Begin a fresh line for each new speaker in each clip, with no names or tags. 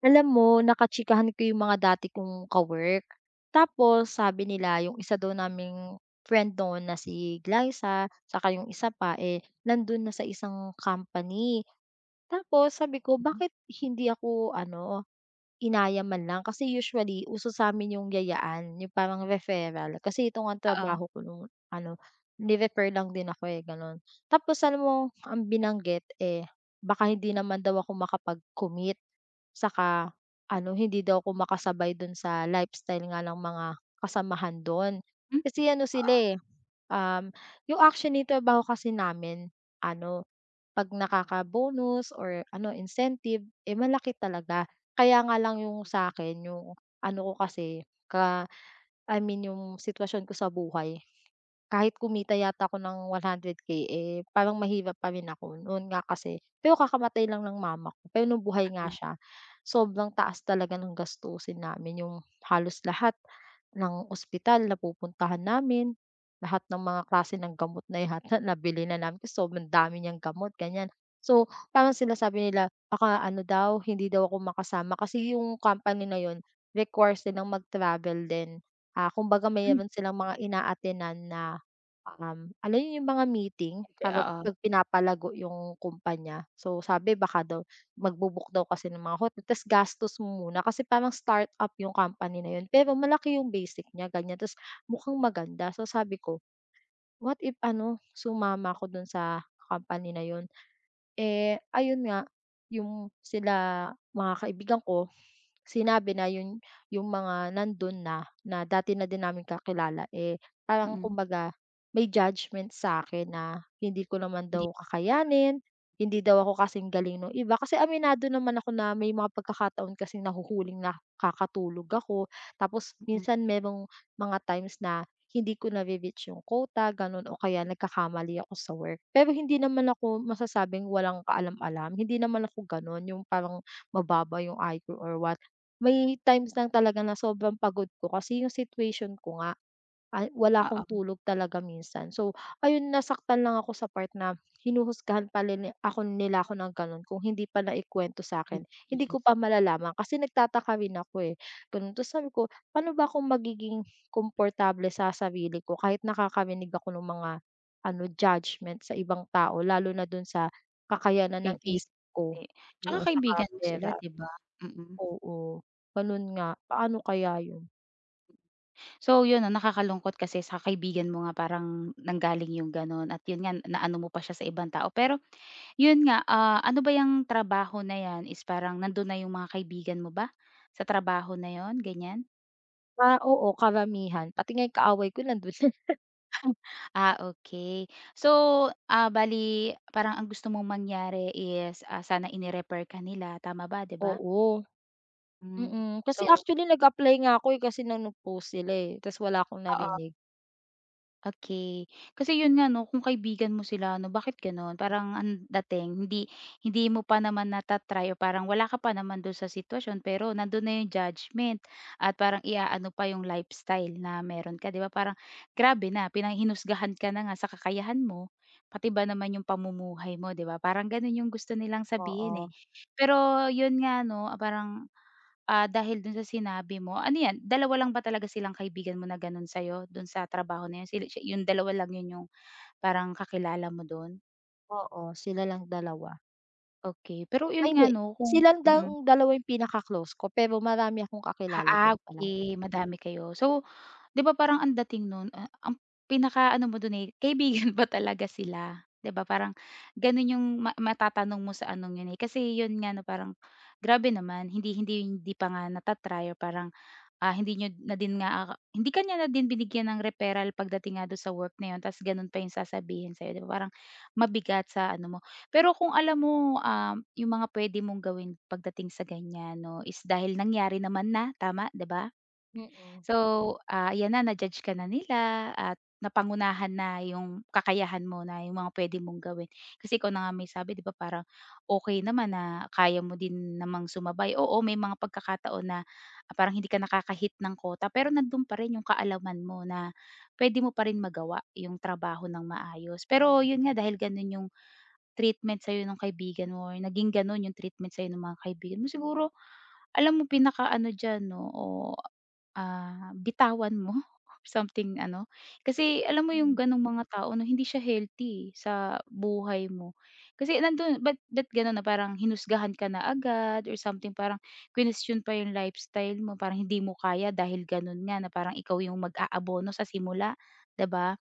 Alam mo naka ko yung mga dati kong ka, tapos sabi nila yung isa daw naming friend noon na si Glyza tsaka yung isa pa, eh, nandun na sa isang company. Tapos sabi ko,
Mhm,
"Bakit hindi ako ano, inaya man lang?" Kasi usually uso sa'min yung yayaan, yung parang referral. Kasi ito ngang
oo.
trabaho ko nung ano, ni-refer lang din ako, eh, gano'n. Tapos alam mo ang binanggit, eh, baka hindi naman daw ako makapag-commit. Saka ano, hindi daw ako makasabay dun sa lifestyle nga ng mga kasamahan dun.
Hmm,
Kasi ano sila, eh, um, yung action actually trabaho kasi namin ano, 'pag nakaka-bonus or ano, incentive, eh, malaki talaga. Kaya nga lang yung sa akin yung ano ko kasi, ka I mean yung sitwasyon ko sa buhay kahit kumita yata ako ng 100K, eh, parang mahirap pa rin ako noon nga kasi pero kakamatay lang ng mama ko, pero nung buhay nga siya, sobrang taas talaga ng gastusin namin, yung halos lahat ng ospital na pupuntahan namin, lahat ng mga klase ng gamot na yata nabili na namin kasi sobrang dami niyang gamot, ganyan. So, parang sila sabi nila baka ano daw, hindi daw ako makasama kasi yung company na yun requires nilang mag-travel din. Ah, kumbaga
mm,
mayroon silang mga ina attend na. Alam niyo yung mga meeting
hindi,
kapag
oo,
'pag pinapalago yung kumpanya. So, sabi baka daw magbu-book daw kasi ng mga hotel ta's gastos mo muna kasi parang start up yung company na yun, pero malaki yung basic niya ganyan ta's mukhang maganda. So, sabi ko, what if ano sumama ako dun sa company na yun? Eh, ayun nga, yung sila mga kaibigan ko, sinabi na yun yung mga nandun na, na dati na din namin kakilala, eh, parang
mm,
kumbaga may judgment sa akin na hindi ko naman
hindi,
daw kakayanin, hindi daw ako kasing galing nung iba. Kasi aminado naman ako na may mga pagkakataon kasing nahuhuling nakakatulog ako, tapos
mm,
minsan merong mga times na hindi ko nabi-beach yung quota gano'n o kaya nagkakamali ako sa work. Pero hindi naman ako masasabing walang kaalam-alam, hindi naman ako gano'n yung parang mababa yung IQ or what. May times lang talaga na sobrang pagod ko kasi yung situation ko nga. Ah, wala akong
oo,
tulog talaga minsan. So, ayun nasaktan lang ako sa part na hinuhusgahan pala ni ako nila ako ng gano'n kung hindi pa naikwento sa
hin
akin. Hindi ko
yes,
pa malalaman kasi nagtataka rin ako, eh, gano'n. Tapos sabi ko, paano ba ako magiging komportable sa sarili ko kahit nakakarinig ako ng mga ano, judgment sa ibang tao lalo na dun sa kakayanan ng
kaibig
isip
hindi.
ko.
Tsaka
Oo, saka
kaibigan mo sila,
pera.
'di ba? Mm.
Oo, gano'n nga. Paano kaya 'yun?
So, yun 'no, nakakalungkot kasi sa kaibigan mo nga parang nanggaling yung gano'n at yun nga naano mo pa siya sa ibang tao. Pero yun nga, ah, ano ba yang trabaho na 'yan is parang nandun na yung mga kaibigan mo ba, sa trabaho na yun, ganiyan?
Ah, oo, karamihan. Pati nga yung kaaway ko nando'n.
Ah, okay. So, ah, bali parang ang gusto mong mangyari is, ah, sana ini-refer ka nila, tama ba, 'di ba?
Oo,
Hmm.
mm. Kasi
So,
actually nag-apply nga ako, eh, kasi nung nag-post sila, eh, tas wala akong
oo.
narinig.
Okay, kasi yun nga 'no, kung kaibigan mo sila 'no, bakit gano'n? Parang ang dating hindi hindi mo pa naman o parang wala ka pa naman dun sa sitwasyon pero nandun na yung judgment at parang iaano pa yung lifestyle na meron ka, 'di ba? Parang grabe na, ka na nga sa kakayahan mo, pati ba naman yung pamumuhay mo, 'di ba? Parang gano'n yung gusto nilang sabihin, eh.
Oo,
Pero yun nga 'no, parang ah, dahil dun sa sinabi mo, ano 'yan, dalawa lang ba talaga silang kaibigan mo na gano'n sa'yo, dun sa trabaho na 'yun, sila siya yung dalawa lang 'yun yung parang kakilala mo dun?
oo, sila lang dalawa.
Okay, pero 'yun
Ay
nga
hindi,
'no kung
silang dang
mm.
dalawa yung pinaka-close ko, pero marami akong
Ah,
kakilala
ah,
din pala.
okay, madami kayo. So, 'di ba parang ang dating nun, ah, ang pinakaano mo dun, eh, kaibigan ba talaga sila, 'di ba parang gano'n yung matatanong mo sa anong 'yun, eh. Kasi 'yun nga 'no, parang grabe naman hindi hindi hindi pa nga or parang ah, hindi niyo na din nga, ah, hindi kanya niya na din binigyan ng referral pagdating nga do'n sa work na 'yon ta's gano'n pa 'yung sasabihin sa'yo, 'di ba, parang mabigat sa ano mo. Pero kung alam mo, 'yung mga puwede mong gawin pagdating sa ganiyan 'no, is dahil nangyari naman na, tama, 'di ba?
Mm,
So, ah, ayan na na-judge ka na nila at napangunahan na yung kakayahan mo na yung mga pwede mong gawin. Kasi ikaw na nga may sabi, 'di ba parang okey naman na kaya mo din namang sumabay. Oo, may mga pagkakataon na ah, parang hindi ka nakakahit ng kota pero nando'n pa rin yung kaalaman mo na pwede mo pa rin magawa yung trabaho ng maayos. Pero yun nga dahil gano'n yung treatment sa'yo ng kaibigan mo or naging gano'n yung treatment sa'yo ng mga kaibigan mo, siguro alam mo pinakaano diyan 'no, oo, ah, bitawan mo something ano. Kasi alam mo yung
mm.
gano'ng mga tao 'no, hindi siya healthy, eh, sa buhay mo. Kasi nando'n ba't gano'n na parang hinusgahan ka na agad or something parang quinestion pa yung lifestyle mo, parang hindi mo kaya dahil gano'n nga na parang ikaw yung mag-aabono sa simula, 'di ba?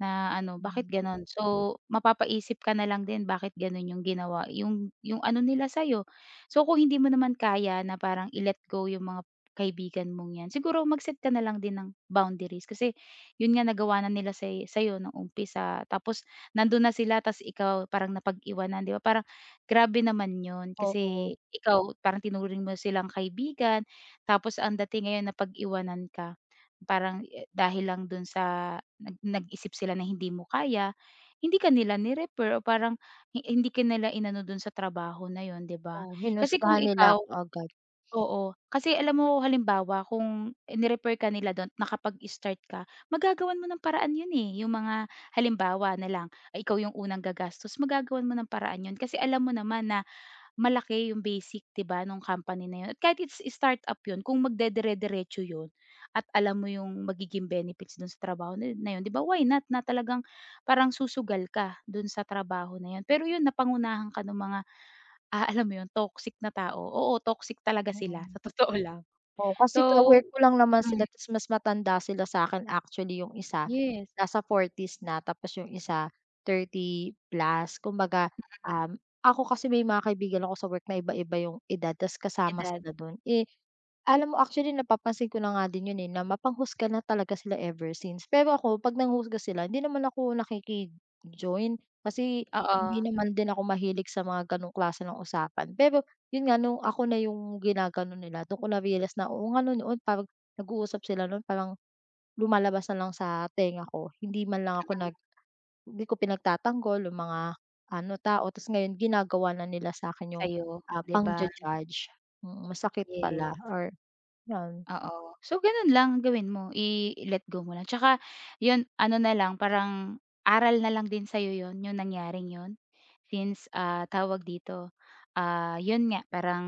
Na ano, bakit gano'n? So, mapapaisip ka na lang din bakit gano'n yung ginawa yung ano nila sa'yo. So, kung hindi mo naman kaya na parang i-let go yung mga kaibigan mong 'yan, siguro mag-set ka na lang din ng boundaries kasi yun nga nagawa na nila sa'yo nung umpisa tapos nandun na sila ta's ikaw parang napag-iwanan, 'di ba? Parang grabe naman yun
Oo,
kasi ikaw parang tinuring mo silang kaibigan tapos ang dating ngayon napag-iwanan ka. Parang dahil lang dun sa nag-isip sila na hindi mo kaya, hindi ka nila ni-refer o parang hindi ka nila inano dun sa trabaho na yun, 'di ba?
oo,
Kasi kung
hinusgahan nila
ikaw
ako agad,
oo, kasi alam mo halimbawa kung ni-refer ka nila dun nakapag-start ka, magagawan mo ng paraan yun, eh. Yung mga halimbawa na lang, ay ikaw yung unang gagastos, magagawan mo ng paraan yun kasi alam mo naman na malaki yung basic, 'di ba nung company na yun at kahit it's startup yun kung magdedire-diretso yun at alam mo yung magiging benefits dun sa trabaho na na yun, 'di ba, why not na talagang parang susugal ka dun sa trabaho na yun. Pero yun napangunahan ka nung mga, ah, alam mo yun toxic na tao, oo, toxic talaga sila
mm.
sa totoo lang.
Oo,
So
kasi ka-work ko lang naman
mm,
sila ta's mas matanda sila sa'kin actually yung isa,
yes,
nasa forties na tapos yung isa thirty plus. Kumbaga, um, ako kasi may mga kaibigan ako sa work na iba-iba yung edad ta's kasama
edad,
sila dun. Eh, alam mo actually napapansin ko na nga din yun, eh, na mapanghusga na talaga sila ever since. Pero ako 'pag nanghusga sila hindi naman ako nakiki-join kasi
oo,
hindi naman din ako mahilig sa mga gano'ng klase ng usapan. Pero yun nga nung ako na yung ginagano nila dun ko na-realize na oo nga 'no noon parang nag-uusap sila nun parang lumalabas na lang sa tenga ko. Hindi man lang ako
mm,
nag, hindi ko pinagtatanggol yung mga ano, tao tas ngayon ginagawa na nila sa akin yung,
sa'yo
ah,
'di ba?
pangja-judge. Mm, masakit
Yes.
pala or yun.
Oo. So, gano'n lang ang gawin mo, i-let go mo lang. Tsaka 'yun ano na lang, parang aral na lang din sa'yo 'yun, yung nangyaring 'yun. Since, ah, tawag dito, ah, 'yun nga parang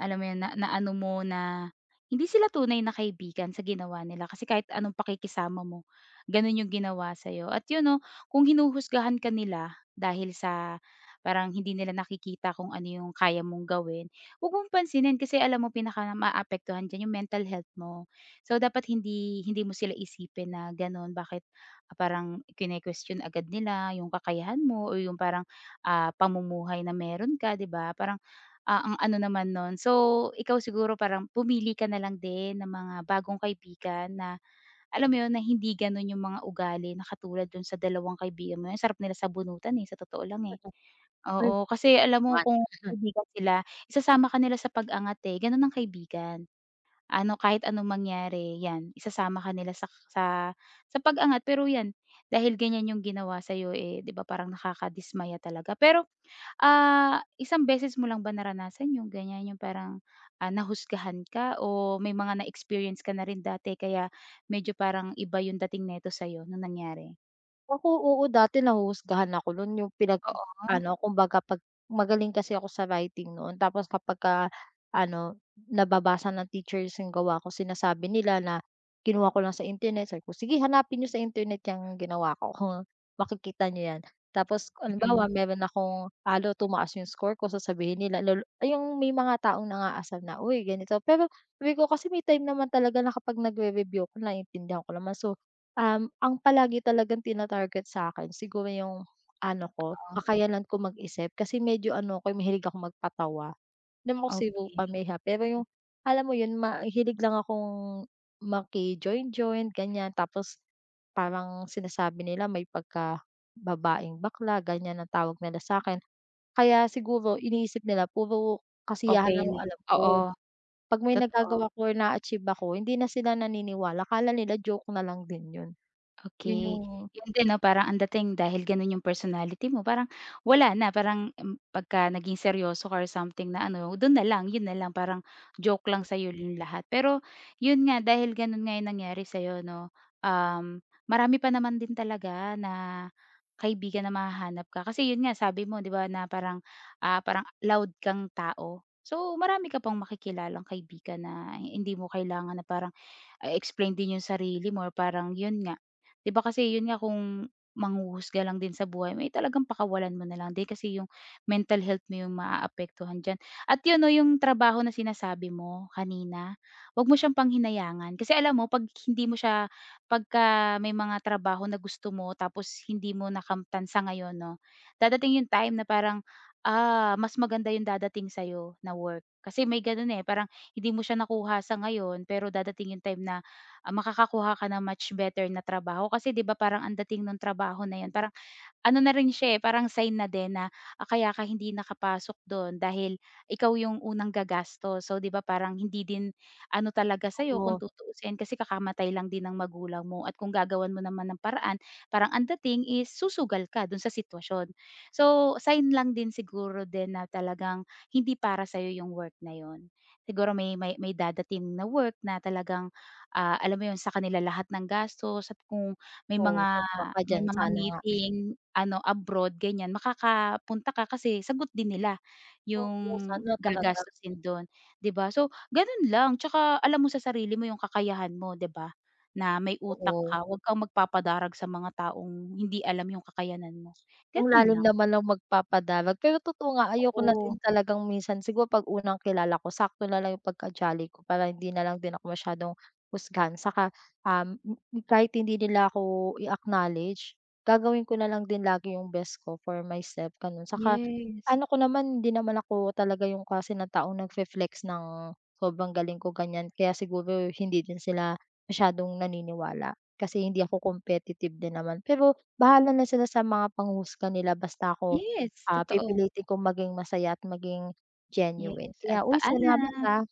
alam mo 'yun, na naano mo na hindi sila tunay na kaibigan sa ginawa nila kasi kahit anong pakikisama mo, gano'n yung ginawa sa'yo. At 'yun 'no, kung hinuhusgahan ka nila dahil sa parang hindi nila nakikita kung ano yung kaya mong gawin, huwag mong pansinin kasi alam mo pinaka-maaapektuhan diyan yung mental health mo. So, dapat hindi hindi mo sila isipin na gano'n, bakit, ah, parang kine-question agad nila yung kakayahan mo o yung parang, ah, pamumuhay na meron ka, 'di ba? Parang, ah, ang ano naman no'n so, ikaw siguro parang pumili ka na lang din ng mga bagong kaibigan na alam mo 'yun, na hindi gano'n yung mga ugali na katulad do'n sa dalawang kaibigan mo na sarap nila sabunutan, eh, sa totoo lang, eh.
Ay
Oo, kasi alam mo
naman.
kung kaibigan sila, isasama ka nila sa pag-angat, eh, gano'n ang kaibigan. Ano, kahit anong mangyari 'yan, isasama ka nila sa sa pag-angat. Pero 'yan, dahil ganyan 'yung ginawa sa'yo, eh, 'di ba parang nakakadismaya talaga. Pero, ah, isang beses mo lang ba naranasan 'yung ganyan, 'yung parang, ah, nahusgahan ka o may mga na-experience ka na rin dati kaya medyo parang iba 'yung dating nito sa'yo nung nangyari?
Ako oo dati nahuhusgahan ako nun yung pinag
Oo,
ano kumbaga 'pag magaling kasi ako sa writing noon tapos kapagka ano, nababasa ng teachers yung gawa ko sinasabi nila na kinuha ko lang sa internet sabi ko, "Sige hanapin niyo sa internet yung ginawa ko kung makikita niyo yan." Tapos
mm,
halimbawa meron akong alo tumaas yung score ko sasabihin nila lalo ay, yung may mga taong nangaasar na, "Uy ganito." Pero sabi ko kasi may time naman talaga na kapag nagre-review ako naiintindihan ko naman so. Ang palagi talagang tina-target sa'kin siguro yung ano ko,
oo.
kakayanan ko mag-isip kasi medyo ano ako, eh, mahilig akong magpatawa. Hindi naman ako zero
Okay,
pamilya, pero yung alam mo yun, mahilig lang akong maki-join-join ganyan. Tapos parang sinasabi nila may pagka-babaeng bakla ganyan ang tawag nila sa'kin. Kaya siguro iniisip nila puro kasiyahan
okay
lang yung
lang,
alam
oo.
ko. 'Pag may
Totoo,
nagagawa ako or naa-achieve ako, hindi na sila naniniwala, akala nila joke na lang din yun. Yun
okey.
yung
'Yun din 'no, parang ang dating dahil gano'n 'yung personality mo parang wala na, parang, pagka naging seryoso ka or something na ano, do'n na lang, 'yun na lang parang joke lang sa'yo 'yung lahat. Pero 'yun nga, dahil gano'n nga 'yung nangyari sa'yo 'no, um, marami pa naman din talaga na kaibigan na mahahanap ka. Kasi 'yun nga sabi mo, 'di ba na parang, ah, parang loud kang tao. So marami ka pang makikilalang kaibigan na hindi mo kailangan na parang ah, explain din yung sarili mo or parang yun nga, 'di ba kasi yun nga kung manghuhusga lang din sa buhay mo, eh, talagang pakawalan mo na lang din kasi yung mental health mo yung maaapektuhan diyan. At yun 'no, yung trabaho na sinasabi mo kanina, 'wag mo siyang panghinayangan kasi alam mo 'pag hindi mo siya pagka may mga trabaho na gusto mo tapos hindi mo nakamtan sa ngayon 'no, dadating yung time na parang, ah, mas maganda yung dadating sa'yo na work. Kasi may ganun, eh, parang hindi mo siya nakuha sa ngayon pero dadating yung time na, ah, makakakuha ka ng much better na trabaho. Kasi 'di ba parang ang dating nung trabaho na 'yan parang ano na rin siya, eh, parang sign na din na, ah, kaya ka hindi nakapasok dun dahil ikaw yung unang gagasto. So, 'di ba parang hindi din ano talaga sa'yo kung
oo,
tutuusin kasi kakamatay lang din ng magulang mo at kung gagawan mo naman ng paraan, parang ang dating is susugal ka dun sa sitwasyon. So, sign lang din siguro din na talagang hindi para sa'yo yung work na yun. Siguro may dadating na work na talagang, ah, alam mo yun, sa kanila lahat ng gastos at kung
oo, tugma ka
may
diyan
mga
sana nga.
meeting ano abroad ganyan, makakapunta ka kasi sagot din nila yung
Oo, sana talaga,
gagastusin dun, 'di ba? So ganon lang, tsaka alam mo sa sarili mo yung kakayahan mo, 'di ba? Na may utak
oo.
ka, wag kang magpapadarag sa mga taong hindi alam yung kakayanan mo,
Ang
ganon
lalim
lang.
naman ng magpapadalag, pero totoo nga ayoko na
Oo,
din talagang minsan siguro 'pag unang kilala ko sakto na lang yung pagka-jolly ko para hindi na lang din ako masyadong husgahan saka, m kahit hindi nila ako i-acknowledge, gagawin ko na lang din lagi yung best ko for myself gano'n. Saka
yes.
ano ko naman hindi naman ako talaga yung klase ng taong nagfe-flex ng sobrang galing ko ganyan kaya siguro hindi din sila masyadong naniniwala kasi hindi ako competitive din naman. Pero bahala na sila sa mga panghusga nila basta ako,
Yes,
ah,
totoo.
pipilitin kong maging masaya at maging genuine.
Yes, at
Kaya, uy, salamat,
paalam.
ha.